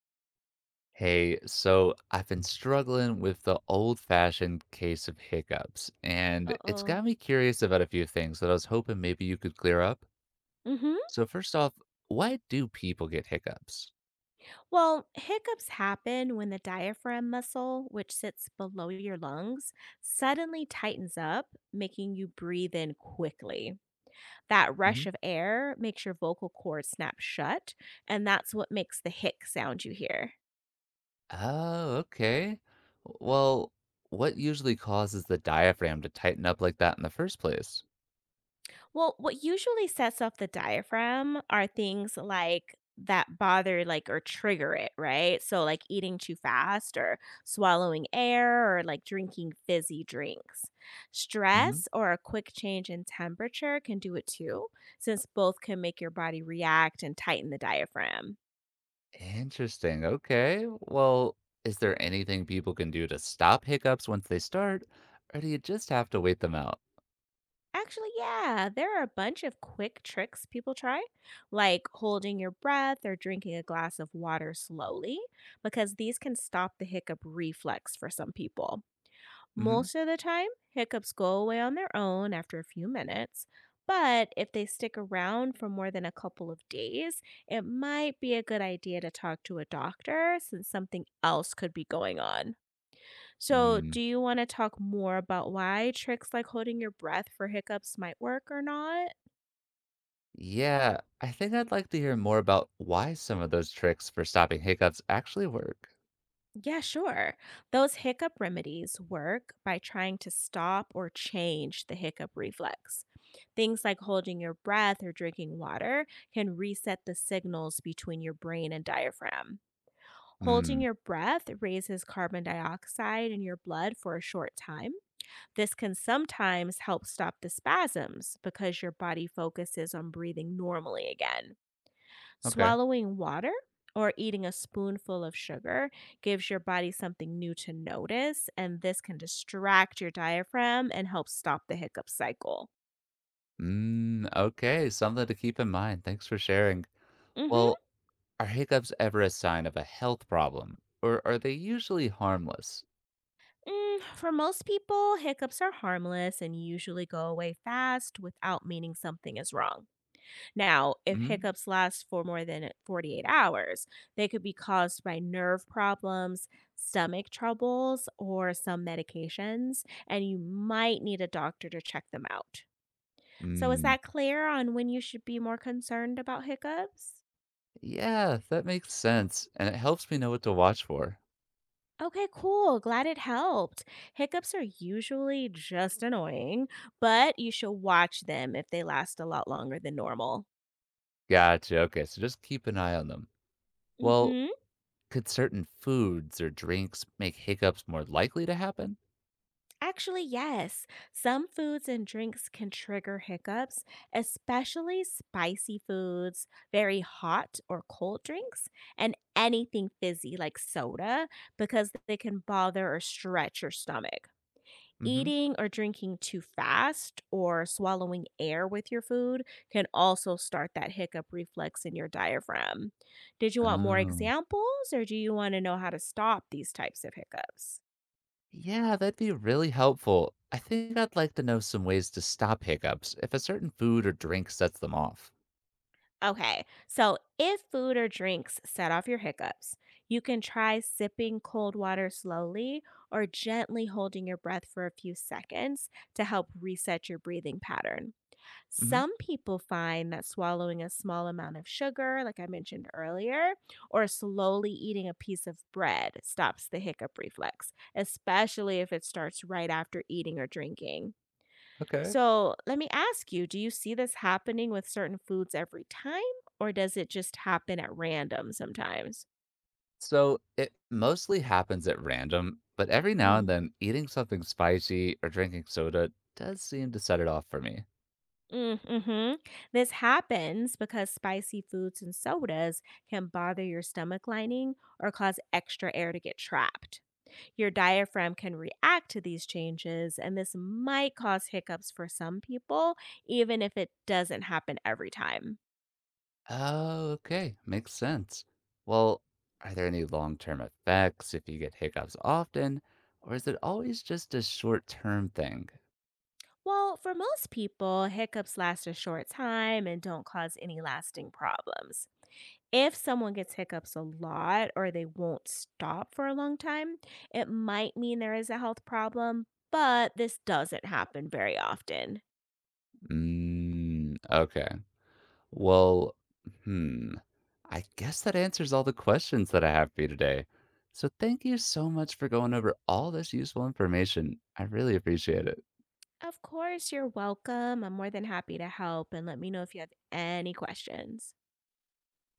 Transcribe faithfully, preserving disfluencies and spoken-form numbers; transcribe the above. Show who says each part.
Speaker 1: Hey, so I've been struggling with the old-fashioned case of hiccups, and it's
Speaker 2: Uh-oh.
Speaker 1: got me curious about a few things that I was hoping maybe you could clear up.
Speaker 2: Mhm.
Speaker 1: So first off, why do people get hiccups?
Speaker 2: Well, hiccups happen when the diaphragm muscle, which sits below your lungs, suddenly tightens up, making you breathe in quickly. That rush
Speaker 1: Mhm.
Speaker 2: of air makes your vocal cords snap shut, and that's what makes the hic sound you hear.
Speaker 1: Oh, okay. Well, what usually causes the diaphragm to tighten up like that in the first place?
Speaker 2: Well, what usually sets off the diaphragm are things like that bother like or trigger it, right? So like eating too fast or swallowing air or like drinking fizzy drinks.
Speaker 1: Mhm.
Speaker 2: Stress or a quick change in temperature can do it too, since both can make your body react and tighten the diaphragm.
Speaker 1: Interesting. Okay. Well, is there anything people can do to stop hiccups once they start, or do you just have to wait them out?
Speaker 2: Actually, yeah, there are a bunch of quick tricks people try, like holding your breath or drinking a glass of water slowly, because these can stop the hiccup reflex for some people. Most of the time, hiccups go away on their own after a few minutes, but if they stick around for more than a couple of days, it might be a good idea to talk to a doctor since something else could be going on. So, do
Speaker 1: Mhm.
Speaker 2: you want to talk more about why tricks like holding your breath for hiccups might work or not?
Speaker 1: Yeah, I think I'd like to hear more about why some of those tricks for stopping hiccups actually work.
Speaker 2: Yeah, sure. Those hiccup remedies work by trying to stop or change the hiccup reflex. Things like holding your breath or drinking water can reset the signals between your brain and diaphragm. Holding
Speaker 1: Hmm,
Speaker 2: your breath raises carbon dioxide in your blood for a short time. This can sometimes help stop the spasms because your body focuses on breathing normally again.
Speaker 1: okay.
Speaker 2: Swallowing water or eating a spoonful of sugar gives your body something new to notice, and this can distract your diaphragm and help stop the hiccup cycle.
Speaker 1: Mm, okay, something to keep in mind. Thanks for sharing. Well,
Speaker 2: Hmm.
Speaker 1: are hiccups ever a sign of a health problem, or are they usually harmless?
Speaker 2: Mm, for most people, hiccups are harmless and usually go away fast without meaning something is wrong. Now, if
Speaker 1: Hmm?
Speaker 2: hiccups last for more than forty-eight hours, they could be caused by nerve problems, stomach troubles, or some medications, and you might need a doctor to check them out. So, is
Speaker 1: Mm,
Speaker 2: that clear on when you should be more concerned about hiccups?
Speaker 1: yeah, that makes sense, and it helps me know what to watch for.
Speaker 2: Okay, cool. Glad it helped. Hiccups are usually just annoying, but you should watch them if they last a lot longer than normal.
Speaker 1: Gotcha, okay, so just keep an eye on them.
Speaker 2: Mm
Speaker 1: Well,
Speaker 2: hmm.
Speaker 1: could certain foods or drinks make hiccups more likely to happen?
Speaker 2: Actually, yes. Some foods and drinks can trigger hiccups, especially spicy foods, very hot or cold drinks, and anything fizzy like soda because they can bother or stretch your stomach.
Speaker 1: Mm-hmm.
Speaker 2: Eating or drinking too fast or swallowing air with your food can also start that hiccup reflex in your diaphragm. Did you want more
Speaker 1: Oh.
Speaker 2: examples or do you want to know how to stop these types of hiccups?
Speaker 1: Yeah, that'd be really helpful. I think I'd like to know some ways to stop hiccups if a certain food or drink sets them off.
Speaker 2: Okay, so if food or drinks set off your hiccups, you can try sipping cold water slowly or gently holding your breath for a few seconds to help reset your breathing pattern.
Speaker 1: Hmm.
Speaker 2: Some people find that swallowing a small amount of sugar, like I mentioned earlier, or slowly eating a piece of bread stops the hiccup reflex, especially if it starts right after eating or drinking.
Speaker 1: Okay.
Speaker 2: So let me ask you, do you see this happening with certain foods every time, or does it just happen at random sometimes?
Speaker 1: So it mostly happens at random, but every now and
Speaker 2: Mm.
Speaker 1: then, eating something spicy or drinking soda does seem to set it off for me.
Speaker 2: Mm-hmm. This happens because spicy foods and sodas can bother your stomach lining or cause extra air to get trapped. Your diaphragm can react to these changes, and this might cause hiccups for some people, even if it doesn't happen every time.
Speaker 1: Oh, okay. Makes sense. Well, are there any long term effects if you get hiccups often, or is it always just a short term thing?
Speaker 2: Well, for most people, hiccups last a short time and don't cause any lasting problems. If someone gets hiccups a lot or they won't stop for a long time, it might mean there is a health problem, but this doesn't happen very often.
Speaker 1: Mmm, okay. Well, hmm. I guess that answers all the questions that I have for you today. So thank you so much for going over all this useful information. I really appreciate it.
Speaker 2: Of course, you're welcome. I'm more than happy to help and let me know if you have any questions.